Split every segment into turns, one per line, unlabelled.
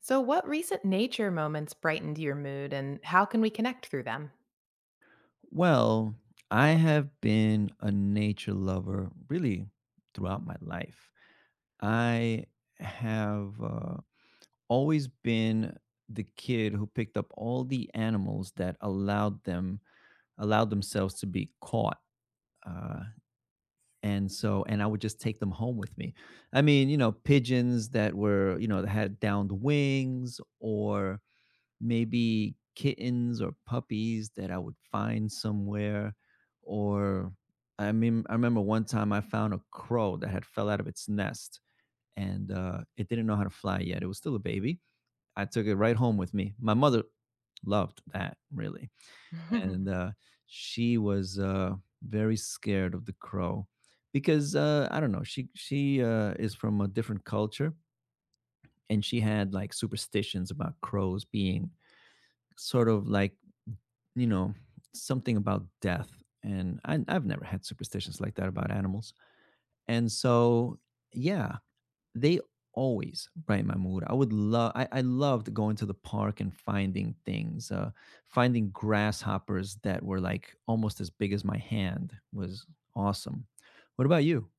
So, what recent nature moments brightened your mood, and how can we connect through them?
Well, I have been a nature lover really throughout my life. I have always been the kid who picked up all the animals that allowed themselves to be caught. Uh, and I would just take them home with me. I mean, you know, pigeons that were, you know, that had downed wings, or maybe kittens or puppies that I would find somewhere, or I mean I remember one time I found a crow that had fell out of its nest, and it didn't know how to fly yet. It was still a baby. I took it right home with me. My mother loved that, really. And she was very scared of the crow because I don't know, she is from a different culture, and she had like superstitions about crows being sort of like, you know, something about death. And I've never had superstitions like that about animals. And so, yeah, they always brighten my mood. I loved going to the park and finding things, finding grasshoppers that were like almost as big as my hand. Was awesome. What about you?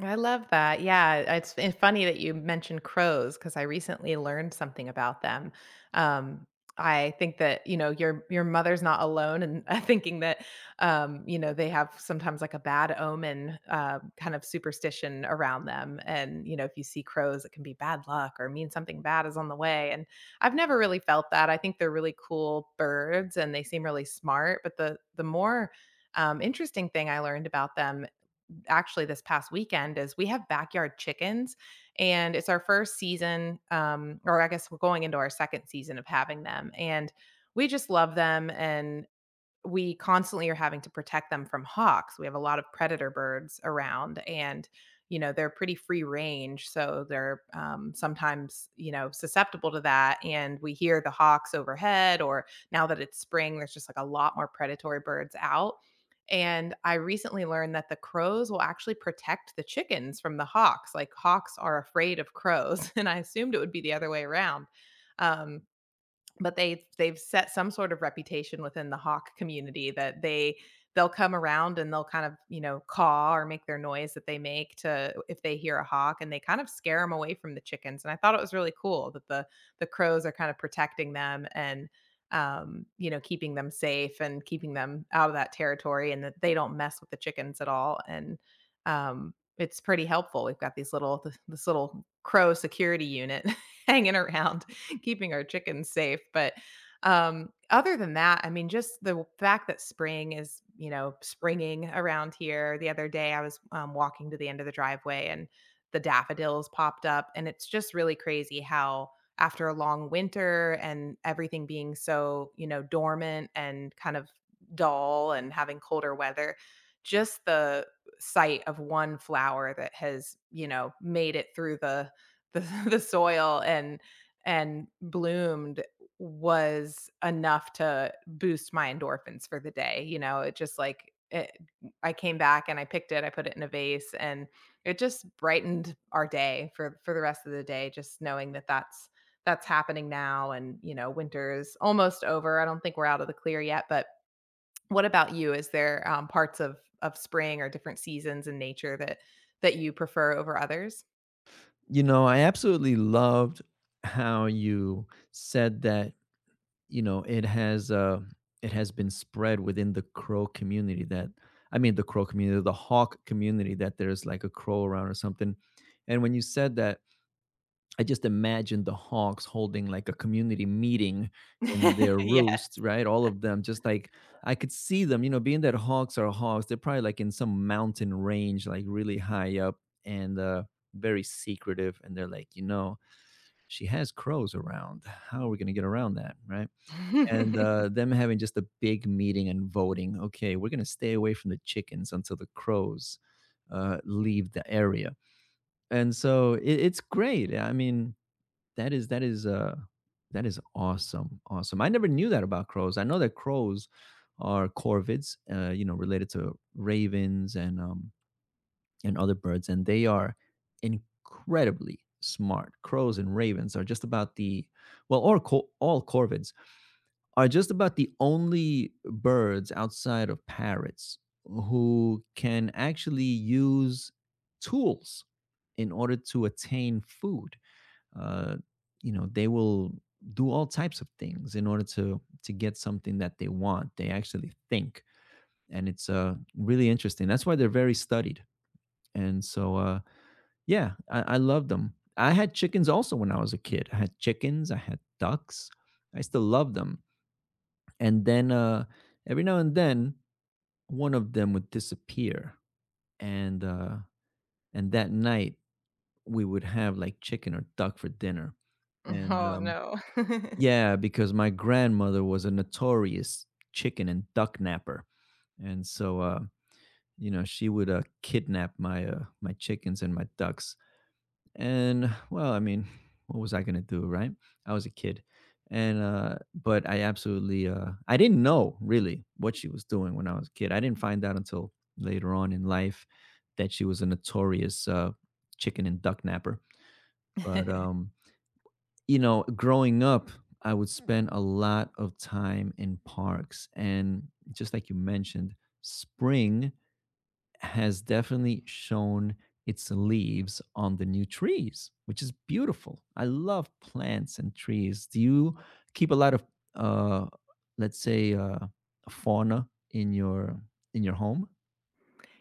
I love that. Yeah, it's funny that you mentioned crows because I recently learned something about them. Um, I think that you know your mother's not alone in thinking that you know they have sometimes like a bad omen kind of superstition around them, and you know if you see crows, it can be bad luck or mean something bad is on the way. And I've never really felt that. I think they're really cool birds and they seem really smart. But the more interesting thing I learned about them actually this past weekend is we have backyard chickens, and it's our first season, um, or I guess we're going into our second season of having them, and we just love them, and we constantly are having to protect them from hawks. We have a lot of predator birds around, and, you know, they're pretty free range, so they're, sometimes, you know, susceptible to that, and we hear the hawks overhead, or now that it's spring, there's just, like, a lot more predatory birds out, and I recently learned that the crows will actually protect the chickens from the hawks. Like, hawks are afraid of crows, and I assumed it would be the other way around. um but they've set some sort of reputation within the hawk community that they they'll come around and they'll kind of, you know, caw or make their noise that they make to if they hear a hawk, and they kind of scare them away from the chickens. And I thought it was really cool that the crows are kind of protecting them and, you know, keeping them safe and keeping them out of that territory, and that they don't mess with the chickens at all. And um, it's pretty helpful, we've got these little, this little crow security unit hanging around keeping our chickens safe. But other than that, I mean, just the fact that spring is, you know, springing around here. The other day, I was walking to the end of the driveway and the daffodils popped up. And it's just really crazy how, after a long winter and everything being so, you know, dormant and kind of dull and having colder weather, just the sight of one flower that has, you know, made it through the, the soil and bloomed was enough to boost my endorphins for the day. You know, it just like it, I came back and I picked it, I put it in a vase, and it just brightened our day for the rest of the day. Just knowing that that's happening now, and you know, winter is almost over. I don't think we're out of the clear yet, but what about you? Is there, parts of spring or different seasons in nature that that you prefer over others?
You know, I absolutely loved how you said that, you know, it has been spread within the crow community, the hawk community, that there's like a crow around or something. And when you said that, I just imagined the hawks holding like a community meeting in their
Yeah.
roost, right? All of them just like, I could see them, you know, being that hawks are hawks, they're probably like in some mountain range, like really high up, and very secretive, and they're like, you know, she has crows around. How are we going to get around that, right? And them having just a big meeting and voting. Okay, we're gonna stay away from the chickens until the crows leave the area, and so it's great. I mean, that is that is uh, that is awesome, awesome. I never knew that about crows. I know that crows are corvids, you know, related to ravens and other birds, and they are incredibly smart. Crows and ravens are just about the, well, all corvids are just about the only birds outside of parrots who can actually use tools in order to attain food. Uh, you know, they will do all types of things in order to get something that they want. They actually think, and it's really interesting. That's why they're very studied. And so, uh, yeah, I love them. I had chickens also when I was a kid. I had chickens. I had ducks. I still love them, and then every now and then one of them would disappear, and uh, and that night we would have like chicken or duck for dinner. And
Oh, no.
Yeah, because my grandmother was a notorious chicken and duck napper, and you know she would kidnap my chickens and my ducks. And well, I mean, what was I gonna do, right? I was a kid. And But I absolutely I didn't know really what she was doing when I was a kid. I didn't find out until later on in life that she was a notorious chicken and duck napper. But You know, growing up, I would spend a lot of time in parks, and just like you mentioned, spring has definitely shown its leaves on the new trees, which is beautiful. I love plants and trees. Do you keep a lot of, uh, let's say, fauna in your home?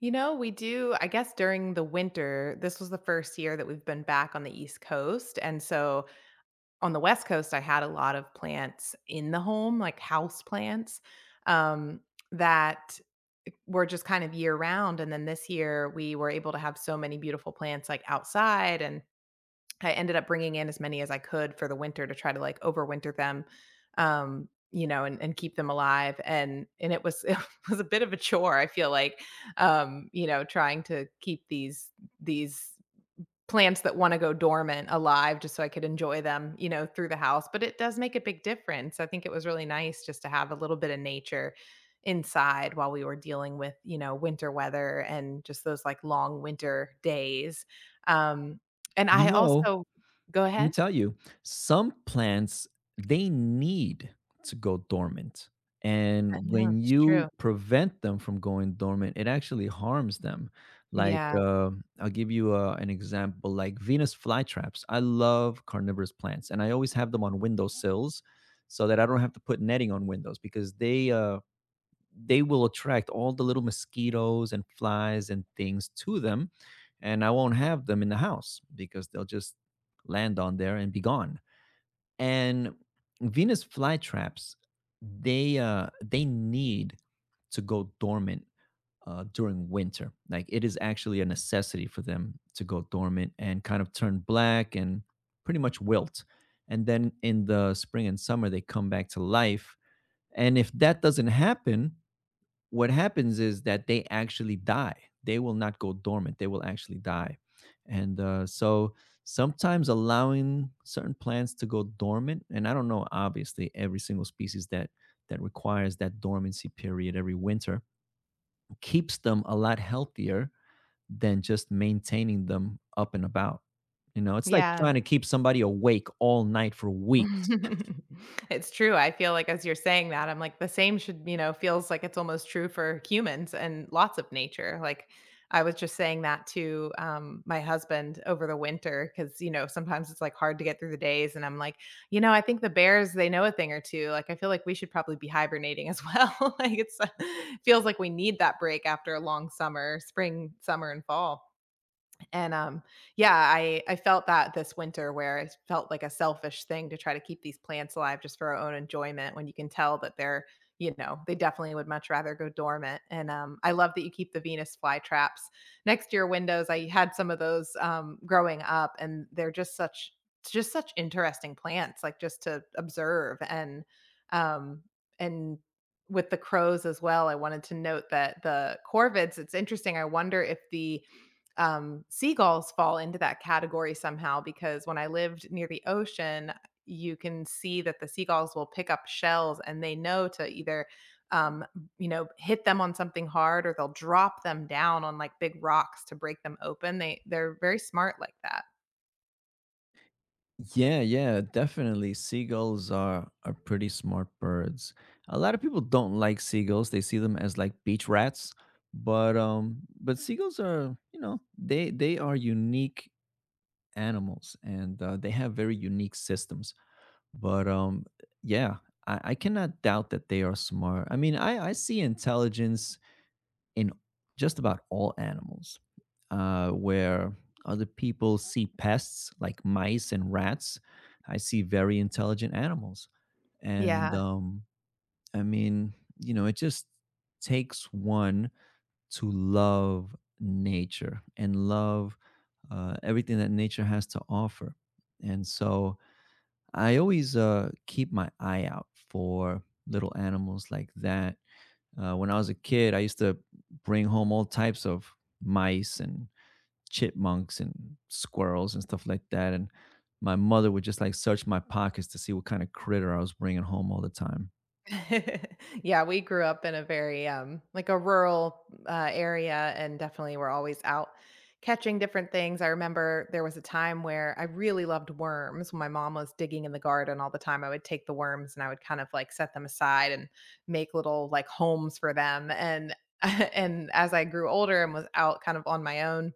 You know, we do, I guess during the winter, this was the first year that we've been back on the East Coast. And so on the West Coast, I had a lot of plants in the home, like house plants, um, that were just kind of year round. And then this year, we were able to have so many beautiful plants like outside. And I ended up bringing in as many as I could for the winter to try to like overwinter them, you know, and keep them alive. And it was it was a bit of a chore. I feel like, you know, trying to keep these plants that wanna go dormant alive just so I could enjoy them, you know, through the house, but it does make a big difference. I think it was really nice just to have a little bit of nature inside while we were dealing with, you know, winter weather and just those, like, long winter days. Um, and
You
I
know,
also Go
let me
ahead.
tell you, some plants, they need to go dormant. And
Yeah,
when
it's
you
true.
prevent them from going dormant, it actually harms them. Like,
Yeah,
I'll give you an example like Venus flytraps. I love carnivorous plants, and I always have them on windowsills so that I don't have to put netting on windows because they will attract all the little mosquitoes and flies and things to them. And I won't have them in the house because they'll just land on there and be gone. And Venus flytraps, they need to go dormant during winter. Like it is actually a necessity for them to go dormant and kind of turn black and pretty much wilt. And then in the spring and summer, they come back to life. And if that doesn't happen, what happens is that they actually die. They will not go dormant. They will actually die. And So sometimes allowing certain plants to go dormant, and I don't know, obviously, every single species that requires that dormancy period every winter, keeps them a lot healthier than just maintaining them up and about. You know, it's like
yeah.
trying to keep somebody awake all night for weeks.
It's true. I feel like as you're saying that, I'm like the same should, you know, feels like it's almost true for humans and lots of nature. Like I was just saying that to my husband over the winter because, you know, sometimes it's like hard to get through the days. And I'm like, you know, I think the bears, they know a thing or two. Like I feel like we should probably be hibernating as well. Like it's feels like we need that break after a long summer, spring, summer, and fall. And yeah, I felt that this winter where it felt like a selfish thing to try to keep these plants alive just for our own enjoyment when you can tell that they're, you know, they definitely would much rather go dormant. And I love that you keep the Venus flytraps next to your windows. I had some of those growing up, and they're just such interesting plants, like just to observe um, and with the crows as well. I wanted to note that the corvids. It's interesting. I wonder if the seagulls fall into that category somehow because when I lived near the ocean, you can see that the seagulls will pick up shells and they know to either, um, you know, hit them on something hard, or they'll drop them down on like big rocks to break them open. They're very smart like that.
Yeah, yeah, definitely. Seagulls are pretty smart birds. A lot of people don't like seagulls. They see them as like beach rats, but seagulls are, you know, they are unique animals, and they have very unique systems. But yeah, I cannot doubt that they are smart. I mean, I see intelligence in just about all animals. Where other people see pests like mice and rats, I see very intelligent animals. And
Yeah.
I mean, you know, it just takes one to love nature and love everything that nature has to offer. And so I always keep my eye out for little animals like that. When I was a kid, I used to bring home all types of mice and chipmunks and squirrels and stuff like that. And my mother would just like search my pockets to see what kind of critter I was bringing home all the time.
Yeah, we grew up in a very, like a rural, area, and definitely we're always out catching different things. I remember there was a time where I really loved worms. When my mom was digging in the garden all the time, I would take the worms and I would kind of like set them aside and make little like homes for them. And and as I grew older and was out kind of on my own,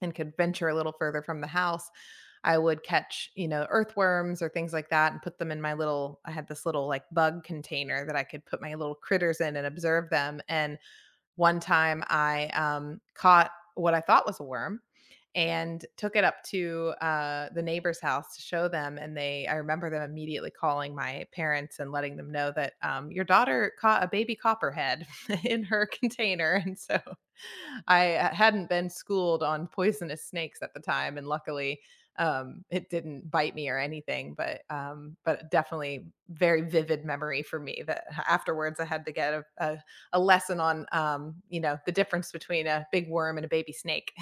and could venture a little further from the house, I would catch, you know, earthworms or things like that and put them in my little, I had this little like bug container that I could put my little critters in and observe them. And one time I caught what I thought was a worm and took it up to the neighbor's house to show them. And they, I remember them immediately calling my parents and letting them know that your daughter caught a baby copperhead in her container. And so I hadn't been schooled on poisonous snakes at the time, and luckily it didn't bite me or anything. But but definitely very vivid memory for me that afterwards I had to get a a lesson on you know, the difference between a big worm and a baby snake.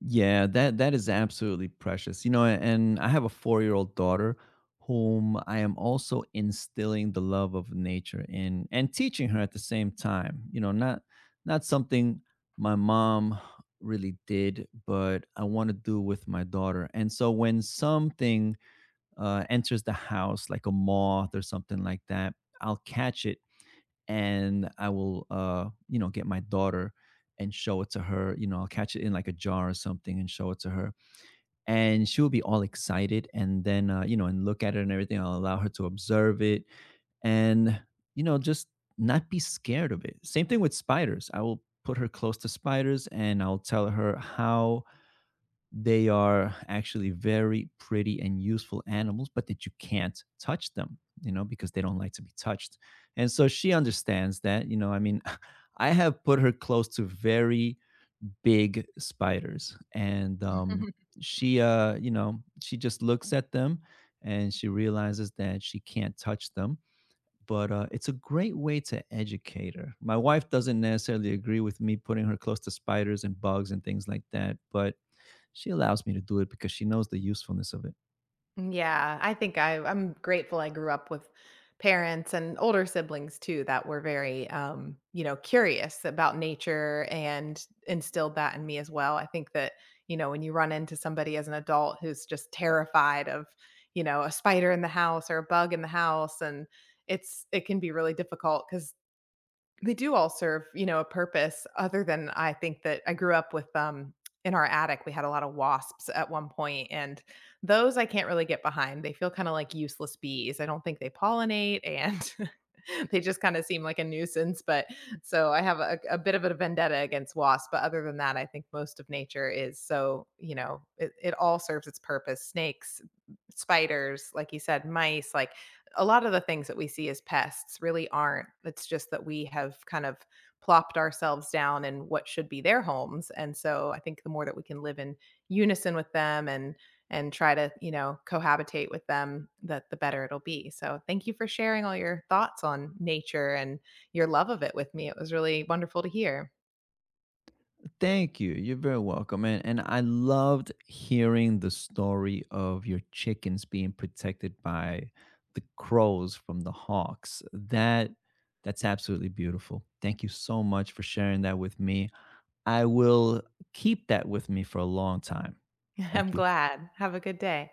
Yeah, that that is absolutely precious. You know, and I have a 4-year-old daughter whom I am also instilling the love of nature in, and teaching her at the same time. You know, not something my mom really did, but I want to do with my daughter. And so when something enters the house like a moth or something like that, I'll catch it, and I will, you know, get my daughter and show it to her. You know, I'll catch it in like a jar or something and show it to her, and she will be all excited. And then, you know, and look at it and everything. I'll allow her to observe it, and you know, just not be scared of it. Same thing with spiders. I will put her close to spiders, and I'll tell her how they are actually very pretty and useful animals, but that you can't touch them, you know, because they don't like to be touched. And so she understands that, you know, I mean, I have put her close to very big spiders, and she you know, she just looks at them, and she realizes that she can't touch them. But it's a great way to educate her. My wife doesn't necessarily agree with me putting her close to spiders and bugs and things like that, but she allows me to do it because she knows the usefulness of it.
Yeah, I think I'm grateful I grew up with parents and older siblings too that were very you know, curious about nature and instilled that in me as well. I think that, you know, when you run into somebody as an adult who's just terrified of, you know, a spider in the house or a bug in the house, and it's it can be really difficult cuz they do all serve, you know, a purpose, other than I think that I grew up with, in our attic, we had a lot of wasps at one point, and those I can't really get behind. They feel kinda like useless bees. I don't think they pollinate, and they just kinda seem like a nuisance, but so I have a bit of a vendetta against wasps, but other than that, I think most of nature is so, you know, it all serves its purpose. Snakes, spiders, like you said, mice, like a lot of the things that we see as pests really aren't. It's just that we have kind of plopped ourselves down in what should be their homes. And so I think the more that we can live in unison with them and try to, you know, cohabitate with them, that the better it'll be. So thank you for sharing all your thoughts on nature and your love of it with me. It was really wonderful to hear.
Thank you. You're very welcome. And I loved hearing the story of your chickens being protected by the crows from the hawks. That's absolutely beautiful. Thank you so much for sharing that with me. I will keep that with me for a long time. Thank
I'm
you.
glad. Have a good day.